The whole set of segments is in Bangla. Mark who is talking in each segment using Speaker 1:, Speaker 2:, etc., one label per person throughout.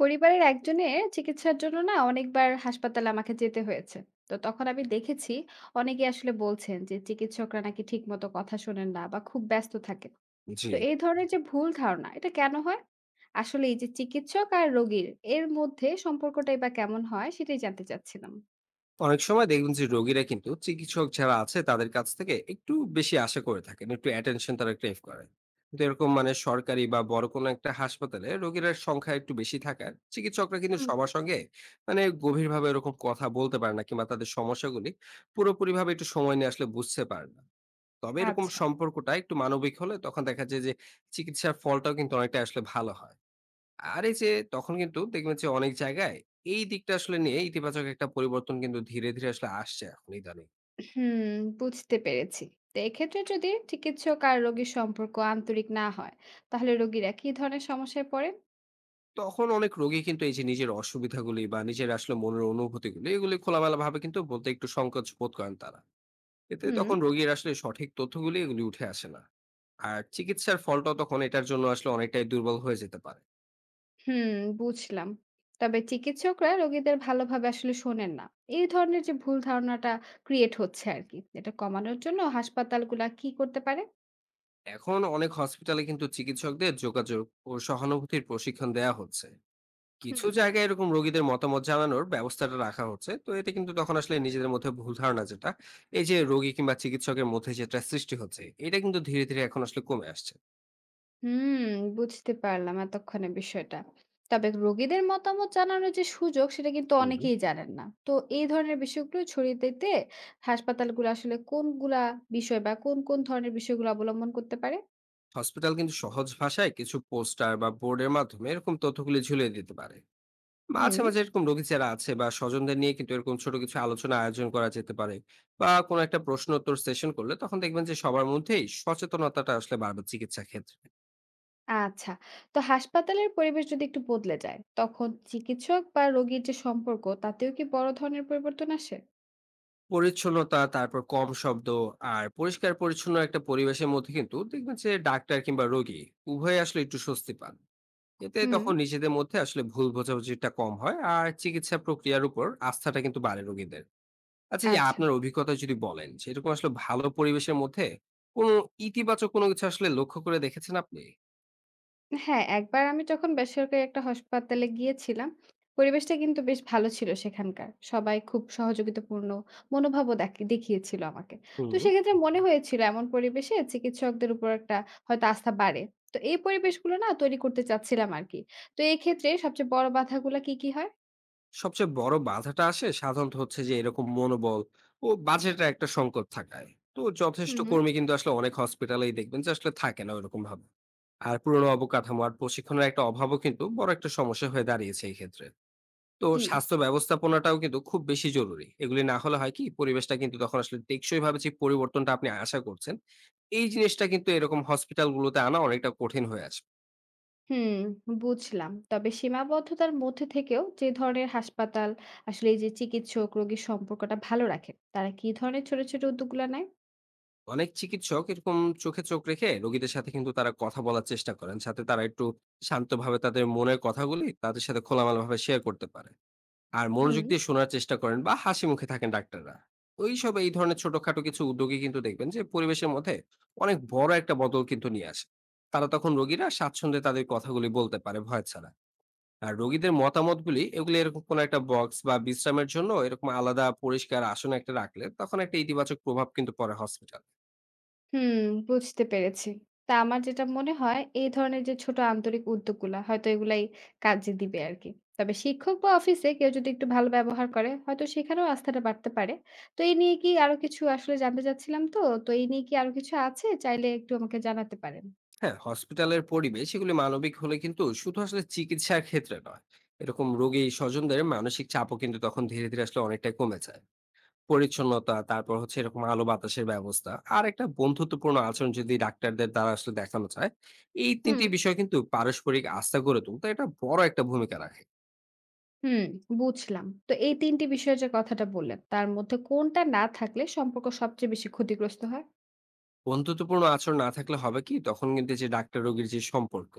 Speaker 1: পরিবারের একজনের চিকিৎসার জন্য না অনেকবার হাসপাতালে আমাকে যেতে হয়েছে। তো তখন আমি দেখেছি অনেকে আসলে বলছেন যে চিকিৎসকরা নাকি ঠিক মতো কথা শোনেন না বা খুব ব্যস্ত থাকে।
Speaker 2: জি।
Speaker 1: তো এই ধরনের যে ভুল ধারণা এটা কেন হয়? আসলে এই যে চিকিৎসক আর রোগীর এর মধ্যে সম্পর্কটাই বা কেমন হয় সেটাই জানতে চাচ্ছিলাম।
Speaker 2: অনেক সময় দেখবেন যে রোগীরা কিন্তু চিকিৎসক যারা আছে তাদের কাছ থেকে একটু বেশি আশা করে থাকেন, একটু অ্যাটেনশন তারা ক্রেভ করে। কিন্তু এরকম সরকারি বা বড় কোনো একটা হাসপাতালে রোগীর সংখ্যা একটু বেশি থাকার চিকিৎসকরা কিন্তু
Speaker 1: হুম।
Speaker 2: সবার সঙ্গে গভীরভাবে এরকম কথা বলতে পারে না, কিংবা তাদের সমস্যাগুলি পুরোপুরি ভাবে একটু সময় নিয়ে আসলে বুঝতে পারে না। তবে এরকম
Speaker 1: আচ্ছা।
Speaker 2: সম্পর্কটা একটু মানবিক হলে তখন দেখা যায় যে চিকিৎসার ফলটাও কিন্তু অনেকটা আসলে ভালো হয়। আর এই যে, তখন কিন্তু দেখবেন যে অনেক জায়গায় এই দিকটা আসলে নিয়ে ইতিবাচক একটা পরিবর্তন কিন্তু ধীরে ধীরে আসলে আসছে এখন ইদানিং।
Speaker 1: হুম, বুঝতে পেরেছি। তো এক্ষেত্রে যদি চিকিৎসক আর রোগীর সম্পর্ক আন্তরিক না হয় তাহলে রোগীরা কি ধরনের সমস্যায় পড়ে?
Speaker 2: তখন অনেক রোগী কিন্তু এই যে নিজের অসুবিধাগুলি বা নিজের আসলে মনের অনুভূতিগুলি এগুলি খোলামেলা ভাবে কিন্তু বলতে একটু সংকোচ বোধ করেন তারা। এতে
Speaker 1: হুম।
Speaker 2: তখন রোগীর আসলে সঠিক তথ্যগুলি এগুলি উঠে আসে না, আর চিকিৎসার ফলটাও তখন এটার জন্য আসলে অনেকটাই দুর্বল হয়ে যেতে পারে।
Speaker 1: হুম, বুঝলাম। তবে চিকিৎসকরা রোগীদের ভালোভাবে আসলে শোনেন না, এই ধরনের যে ভুল ধারণাটা ক্রিয়েট হচ্ছে আর কি, এটা কমানোর জন্য হাসপাতালগুলা কি করতে পারে?
Speaker 2: এখন অনেক হসপিটালে কিন্তু চিকিৎসকদের যোগাযোগ ও সহানুভূতির প্রশিক্ষণ দেওয়া হচ্ছে।
Speaker 1: হুম।
Speaker 2: কিছু জায়গায় এরকম রোগীদের মতামত জানানোর ব্যবস্থাটা রাখা হচ্ছে, তো এতে কিন্তু তখন আসলে নিজেদের মধ্যে ভুল ধারণা যেটা এই যে রোগী কিংবা চিকিৎসকের মধ্যে যেটা সৃষ্টি হচ্ছে, এটা কিন্তু ধীরে ধীরে এখন আসলে কমে আসছে।
Speaker 1: হুম, বুঝতে পারলাম এতক্ষণে বিষয়টা। তবে রোগীদের মতামত জানানোর যে সুযোগ সেটা কিন্তু
Speaker 2: হুম।
Speaker 1: অনেকেই জানেন না। তো এই ধরনের বিষয়গুলো ছড়িয়ে দিতে হাসপাতালগুলো আসলে কোনগুলা বিষয় বা কোন কোন ধরনের বিষয়গুলো অবলম্বন করতে পারে?
Speaker 2: হসপিটাল কিন্তু সহজ ভাষায় কিছু পোস্টার বা বোর্ডের মাধ্যমে এরকম তথ্যগুলি ঝুলিয়ে দিতে পারে।
Speaker 1: হুম।
Speaker 2: মাঝে মাঝে এরকম রোগী যারা আছে বা স্বজনদের নিয়ে কিন্তু এরকম ছোট কিছু আলোচনা আয়োজন করা যেতে পারে। বা কোনো একটা প্রশ্ন উত্তর সেশন করলে তখন দেখবেন যে সবার মধ্যেই সচেতনতাটা আসলে বাড়বে চিকিৎসা ক্ষেত্রে।
Speaker 1: আচ্ছা। তো হাসপাতালের পরিবেশ যদি একটু বদলে যায়, তখন চিকিৎসক বা রোগীর যে সম্পর্ক তাতেও কি বড় ধরনের পরিবর্তন আসে?
Speaker 2: পরিচ্ছন্নতা, তারপর কম শব্দ, আর পরিষ্কার-পরিচ্ছন্ন একটা পরিবেশের মধ্যে কিন্তু দেখবেন যে ডাক্তার কিংবা রোগী উভয়ে আসলে একটু স্বস্তি পান। এতে
Speaker 1: হুম।
Speaker 2: তখন নিজেদের মধ্যে আসলে ভুল বোঝাবুঝিটা কম হয়, আর চিকিৎসা প্রক্রিয়ার উপর আস্থাটা কিন্তু বাড়ে রোগীদের। আচ্ছা, এই যে
Speaker 1: আচ্ছা।
Speaker 2: আপনার অভিজ্ঞতা যদি বলেন, সেরকম আসলে ভালো পরিবেশের মধ্যে কোনো ইতিবাচক কোনো কিছু আসলে লক্ষ্য করে দেখেছেন আপনি?
Speaker 1: হ্যাঁ, একবার আমি যখন বেসরকারি একটা হাসপাতালে গিয়েছিলাম, পরিবেশটা কিন্তু বেশ ভালো ছিল সেখানকার। সবাই খুব সহযোগিতাপূর্ণ মনোভাবও দেখিয়েছিল আমাকে। তো
Speaker 2: হুম।
Speaker 1: সেক্ষেত্রে মনে হয়েছিল এমন পরিবেশে চিকিৎসকদের উপর একটা হয়তো আস্থা বাড়ে। তো এই পরিবেশগুলো না তৈরি করতে চাচ্ছিলাম আর কি। তো এই ক্ষেত্রে সবচেয়ে বড় বাধাগুলো কি কি হয়?
Speaker 2: সবচেয়ে বড় বাধাটা আসে সাধারণত হচ্ছে যে এরকম মনোবল ও বাজেটের একটা সংকট থাকায় তো
Speaker 1: হুম,
Speaker 2: যথেষ্ট
Speaker 1: হুম।
Speaker 2: কর্মী কিন্তু আসলে অনেক হসপিটালেই দেখবেন যে আসলে থাকে না ওরকম ভাবে। আর পুরনো অবকাঠামো আর প্রশিক্ষণের একটা অভাবও কিন্তু বড় একটা সমস্যা হয়ে দাঁড়িয়েছে এই ক্ষেত্রে। তো
Speaker 1: জি।
Speaker 2: স্বাস্থ্য ব্যবস্থাপনাটাও কিন্তু খুব বেশি জরুরি, এগুলি না হলে হয় কি, পরিবেশটা কিন্তু তখন আসলে টেকসই ভাবে যে পরিবর্তনটা আপনি আশা করছেন, এই জিনিসটা কিন্তু এরকম হসপিটালগুলোতে আনা অনেকটা কঠিন হয়ে আসবে।
Speaker 1: হুম, বুঝলাম। তবে সীমাবদ্ধতার মধ্যে থেকেও যে ধরনের হাসপাতাল আসলে এই যে চিকিৎসক রোগীর সম্পর্কটা ভালো রাখে, তারা কি ধরনের ছোট, ছোট উদ্যোগগুলো নেয়?
Speaker 2: অনেক চিকিৎসক এরকম চোখে চোখ রেখে রোগীদের সাথে কিন্তু তারা কথা বলার চেষ্টা করেন, সাথে তারা একটু শান্তভাবে তাদের মনের কথাগুলি তাদের সাথে খোলামেলা ভাবে শেয়ার করতে পারে। আর মনোযোগ
Speaker 1: হুম।
Speaker 2: দিয়ে শোনার চেষ্টা করেন বা হাসি মুখে থাকেন ডাক্তাররা। ওই সব এই ধরনের ছোটখাটো কিছু উদ্যোগে কিন্তু দেখবেন যে পরিবেশের মধ্যে অনেক বড় একটা বদল কিন্তু নিয়ে আসে। তারা তখন রোগীরা স্বাচ্ছন্দ্যে তাদের কথাগুলি বলতে পারে ভয় ছাড়া। আর রোগীদের মতামতগুলি এগুলি এরকম কোনো একটা বক্স বা বিশ্রামের জন্য এরকম আলাদা পরিষ্কার আসন একটা রাখলে তখন একটা ইতিবাচক প্রভাব কিন্তু পড়ে হসপিটাল।
Speaker 1: হুম, বুঝতে পেরেছি। তা আমার যেটা মনে হয় এই ধরনের যে ছোট আন্তরিক উদ্যোগগুলা হয়তো এগুলাই কাজে দিবে আরকি। তবে শিক্ষক বা অফিসে কেউ যদি একটু ভালো ব্যবহার করে হয়তো সেখানেও আস্থাটা বাড়তে পারে। তো এই নিয়ে কি আরো কিছু আসলে জানতে চাচ্ছিলাম তো। তো এই নিয়ে কি আরো কিছু আছে? চাইলে একটু আমাকে জানাতে পারেন।
Speaker 2: হ্যাঁ, হসপিটালের পরিবেশ এগুলি মানবিক হলে কিন্তু শুধু আসলে চিকিৎসার ক্ষেত্রে নয়, এরকম রোগী স্বজনদের মানসিক চাপও কিন্তু তখন ধীরে ধীরে আসলে অনেকটাই কমে যায়। পরিচ্ছন্নতা, তারপর হচ্ছে এরকম আলো বাতাসের ব্যবস্থা, আর একটা বন্ধুত্বপূর্ণ আচরণ যদি ডাক্তারদের দ্বারা আসলে দেখানো যায়, এই তিনটি
Speaker 1: হুম,
Speaker 2: বিষয় কিন্তু পারস্পরিক আস্থা গড়ে তুলতে এটা বড় একটা ভূমিকা রাখে।
Speaker 1: হুম, বুঝলাম। তো এই ৩ টি বিষয়ের যে কথাটা বললেন, তার মধ্যে কোনটা না থাকলে সম্পর্ক সবচেয়ে বেশি ক্ষতিগ্রস্ত হয়?
Speaker 2: বন্ধুত্বপূর্ণ আচরণ না থাকলে হবে কি, তখন কিন্তু যে ডাক্তার রোগীর যে সম্পর্ক,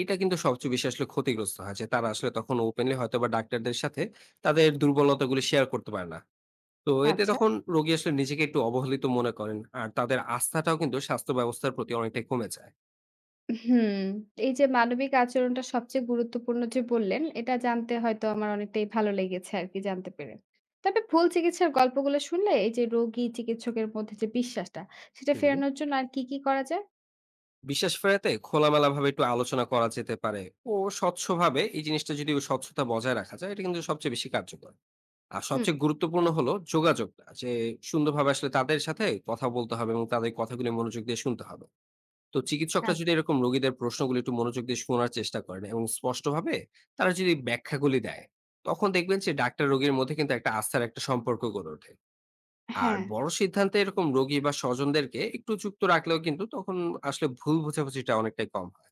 Speaker 2: এটা কিন্তু সবচেয়ে বেশি আসলে ক্ষতিগ্রস্ত হয়। যে তারা আসলে তখন ওপেনলি হয়তো বা ডাক্তারদের সাথে তাদের দুর্বলতাগুলি শেয়ার করতে পারে না। তো এতে
Speaker 1: আচ্ছা।
Speaker 2: তখন রোগী আসলে নিজেকে একটু অবহেলিত মনে করেন, আর তাদের আস্থাটাও কিন্তু স্বাস্থ্য ব্যবস্থার প্রতি অনেকটাই কমে যায়।
Speaker 1: হুম, এই যে মানবিক আচরণটা সবচেয়ে গুরুত্বপূর্ণ যে বললেন, এটা জানতে হয়তো আমার অনেকটাই ভালো লেগেছে আরকি জানতে পেরে। তবে ভুল চিকিৎসার গল্পগুলো শুনলে এই যে রোগী চিকিৎসকের মধ্যে যে বিশ্বাসটা, সেটা
Speaker 2: হুম।
Speaker 1: ফেরানোর জন্য আর কি, কি করা যায়?
Speaker 2: বিশ্বাস ফেরাতে খোলামেলা ভাবে একটু আলোচনা করা যেতে পারে, ও স্বচ্ছভাবে এই জিনিসটা যদি স্বচ্ছতা বজায় রাখা যায়, এটা কিন্তু সবচেয়ে বেশি কার্যকর। আর
Speaker 1: হুম।
Speaker 2: সবচেয়ে গুরুত্বপূর্ণ হলো যোগাযোগটা, যে সুন্দরভাবে আসলে তাদের সাথে কথা বলতে হবে এবং তাদের কথাগুলি মনোযোগ দিয়ে শুনতে হবে। তো চিকিৎসকরা যদি
Speaker 1: আচ্ছা।
Speaker 2: এরকম রোগীদের প্রশ্নগুলো একটু মনোযোগ দিয়ে শোনার চেষ্টা করেন এবং স্পষ্টভাবে তারা যদি ব্যাখ্যাগুলি দেয়, তখন দেখবেন যে ডাক্তার রোগীর মধ্যে কিন্তু একটা আস্থার একটা সম্পর্ক গড়ে ওঠে। আর
Speaker 1: হ্যাঁ।
Speaker 2: বড় সিদ্ধান্তে এরকম রোগী বা স্বজনদেরকে একটু যুক্ত রাখলেও কিন্তু তখন আসলে ভুল বোঝাবুঝিটা অনেকটাই কম হয়।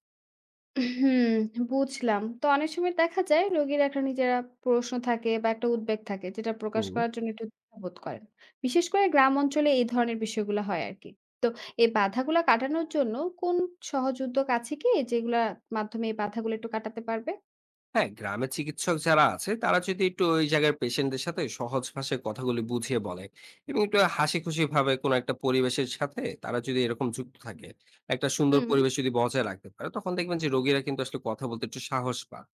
Speaker 1: হুম, বুঝলাম। তো অনেক সময় দেখা যায় রোগীর একটা নিজেরা প্রশ্ন থাকে বা একটা উদ্বেগ থাকে যেটা প্রকাশ
Speaker 2: হুম।
Speaker 1: করার জন্য একটু দ্বিধাবোধ করেন। বিশেষ করে গ্রাম অঞ্চলে এই ধরনের বিষয়গুলো হয় আরকি। তো এই বাধাগুলা কাটানোর জন্য কোন সহজ উদ্যোগ আছে কি যেগুলার মাধ্যমে এই বাধাগুলো একটু কাটাতে পারবে?
Speaker 2: হ্যাঁ, গ্রামের চিকিৎসক যারা আছে তারা যদি একটু ওই জায়গার পেশেন্টদের সাথে সহজ ভাষায় কথাগুলি বুঝিয়ে বলে এবং একটু হাসি খুশি ভাবে কোনো একটা পরিবেশের সাথে তারা যদি এরকম যুক্ত থাকে, একটা সুন্দর
Speaker 1: হুম।
Speaker 2: পরিবেশ যদি বজায় রাখতে পারে, তখন দেখবেন যে রোগীরা কিন্তু আসলে কথা বলতে একটু সাহস পায়।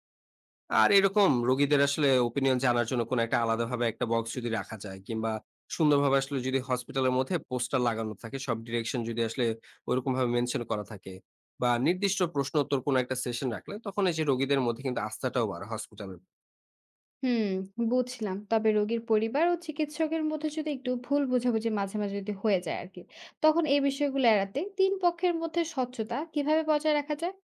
Speaker 2: আর এরকম রোগীদের আসলে ওপিনিয়ন জানার জন্য কোনো একটা আলাদাভাবে একটা বক্স যদি রাখা যায়, কিংবা সুন্দরভাবে আসলে যদি হসপিটালের মধ্যে পোস্টার লাগানো থাকে, সব ডিরেকশন যদি আসলে ওইরকম ভাবে মেনশন করা থাকে, বা নির্দিষ্ট প্রশ্ন উত্তর কোনো একটা সেশন রাখলে তখন এই যে রোগীদের মধ্যে কিন্তু আস্থাটাও বাড়ে হসপিটালের।
Speaker 1: হুম, বুঝলাম। তবে রোগীর পরিবার ও চিকিৎসকের মধ্যে যদি একটু ভুল বোঝাবুঝি মাঝে, মাঝে যদি হয়ে যায় আরকি, তখন এই বিষয়গুলো এড়াতে ৩ পক্ষের মধ্যে স্বচ্ছতা কিভাবে বজায় রাখা যায়?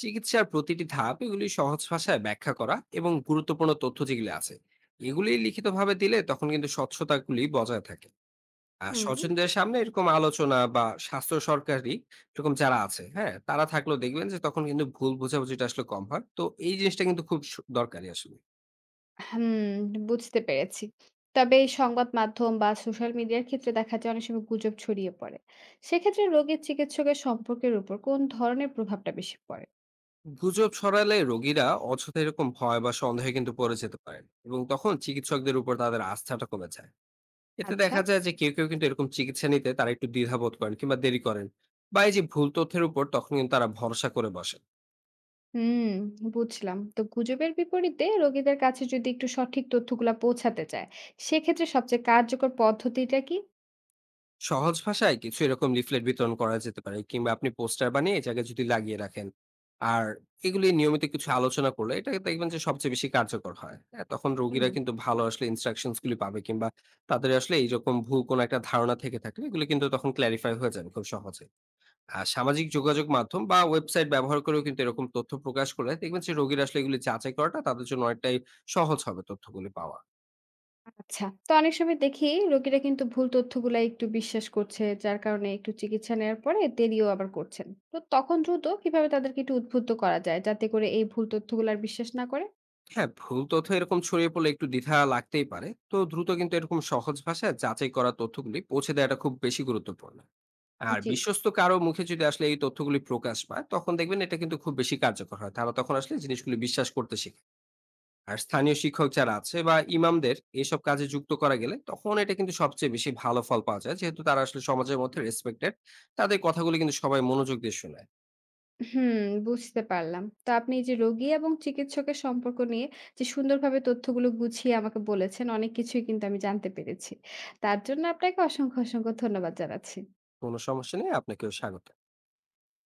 Speaker 2: চিকিৎসার প্রতিটি ধাপ এগুলি সহজ ভাষায় ব্যাখ্যা করা এবং গুরুত্বপূর্ণ তথ্য যেগুলি আছে এগুলি লিখিতভাবে দিলে তখন কিন্তু স্বচ্ছতাগুলি বজায় থাকে।
Speaker 1: হুম।
Speaker 2: স্বজনদের সামনে এরকম আলোচনা বা স্বাস্থ্য সরকারি এরকম যারা আছে, হ্যাঁ? তারা থাকলেও দেখবেন যে তখন কিন্তু ভুল বোঝাবুঝিটা আসলে কম হয়। তো এই জিনিসটা কিন্তু খুব দরকারি আসলে।
Speaker 1: হুম, বুঝতে পেরেছি। তবে এই সংবাদ মাধ্যম বা সোশ্যাল মিডিয়ার ক্ষেত্রে দেখা যায় অনেক সময় গুজব ছড়িয়ে পড়ে। সেক্ষেত্রে রোগীর চিকিৎসকের সম্পর্কের উপর কোন ধরনের প্রভাবটা বেশি পড়ে?
Speaker 2: গুজব ছড়ালে রোগীরা অযথা এরকম ভয় বা সন্দেহে কিন্তু পড়ে যেতে পারেন, এবং তখন চিকিৎসকদের উপর তাদের আস্থাটা কমে যায়। এতে
Speaker 1: আচ্ছা,
Speaker 2: দেখা যায় যে কেউ, কেউ কিন্তু এরকম চিকিৎসা নিতে তারা একটু দ্বিধাবোধ করেন কিংবা দেরি করেন, বা এই যে ভুল তথ্যের উপর তখন কিন্তু তারা ভরসা করে বসেন।
Speaker 1: হুম, বুঝলাম। তো গুজবের বিপরীতে রোগীদের কাছে যদি একটু সঠিক তথ্যগুলা পৌঁছাতে চায়, সেক্ষেত্রে সবচেয়ে কার্যকর পদ্ধতিটা কি?
Speaker 2: সহজ ভাষায় কিছু এরকম লিফলেট বিতরণ করা যেতে পারে, কিংবা আপনি পোস্টার বানিয়ে এই জায়গায় যদি লাগিয়ে রাখেন, আর এগুলি নিয়মিত কিছু আলোচনা করলে এটা দেখবেন যে সবচেয়ে বেশি কার্যকর হয়। হ্যাঁ, তখন রোগীরা
Speaker 1: হুম।
Speaker 2: কিন্তু ভালো আসলে ইনস্ট্রাকশন গুলি পাবে, কিংবা তাদের আসলে এইরকম ভুল কোনো একটা ধারণা থেকে থাকলে এগুলো কিন্তু তখন ক্ল্যারিফাই হয়ে যাবে খুব সহজে। আর সামাজিক যোগাযোগ মাধ্যম বা ওয়েবসাইট ব্যবহার করেও কিন্তু এরকম তথ্য প্রকাশ করলে দেখবেন যে রোগীরা আসলে এগুলি যাচাই করাটা তাদের জন্য অনেকটাই সহজ হবে, তথ্যগুলি পাওয়া।
Speaker 1: আচ্ছা। তো অনেক সময় দেখি রোগীরা কিন্তু ভুল তথ্যগুলা একটু বিশ্বাস করছে, যার কারণে একটু চিকিৎসা নেওয়ার পরে দেরিও আবার করছেন। তো তখন দ্রুত কিভাবে তাদেরকে একটু উদ্বুদ্ধ করা যায়, যাতে করে এই ভুল তথ্যগুলো আর বিশ্বাস না করে?
Speaker 2: হ্যাঁ, ভুল তথ্য এরকম ছড়িয়ে পড়লে একটু দ্বিধা লাগতেই পারে, তো দ্রুত কিন্তু এরকম সহজ ভাষায় যাচাই করা তথ্যগুলি পৌঁছে দেওয়াটা খুব বেশি গুরুত্বপূর্ণ। আর
Speaker 1: জি।
Speaker 2: বিশ্বস্ত কারো মুখে যদি আসলে এই তথ্যগুলি প্রকাশ পায়, তখন দেখবেন এটা কিন্তু খুব বেশি কার্যকর হয়, তারা তখন আসলে জিনিসগুলি বিশ্বাস করতে শিখে। আর স্থানীয় শিক্ষক যারা আছে বা ইমামদের এইসব কাজে যুক্ত করা গেলে তখন এটা কিন্তু সবচেয়ে বেশি ভালো ফল পাওয়া যায়, যেহেতু তারা আসলে সমাজের মধ্যে রেসপেক্টেড, তাদের কথাগুলি কিন্তু সবাই মনোযোগ দিয়ে শোনায়।
Speaker 1: হুম, বুঝতে পারলাম। তো আপনি এই যে রোগী এবং চিকিৎসকের সম্পর্ক নিয়ে যে সুন্দরভাবে তথ্যগুলো গুছিয়ে আমাকে বলেছেন, অনেক কিছুই কিন্তু আমি জানতে পেরেছি। তার জন্য আপনাকে অসংখ্য, অসংখ্য ধন্যবাদ জানাচ্ছি।
Speaker 2: কোনো সমস্যা নেই, আপনাকেও স্বাগত।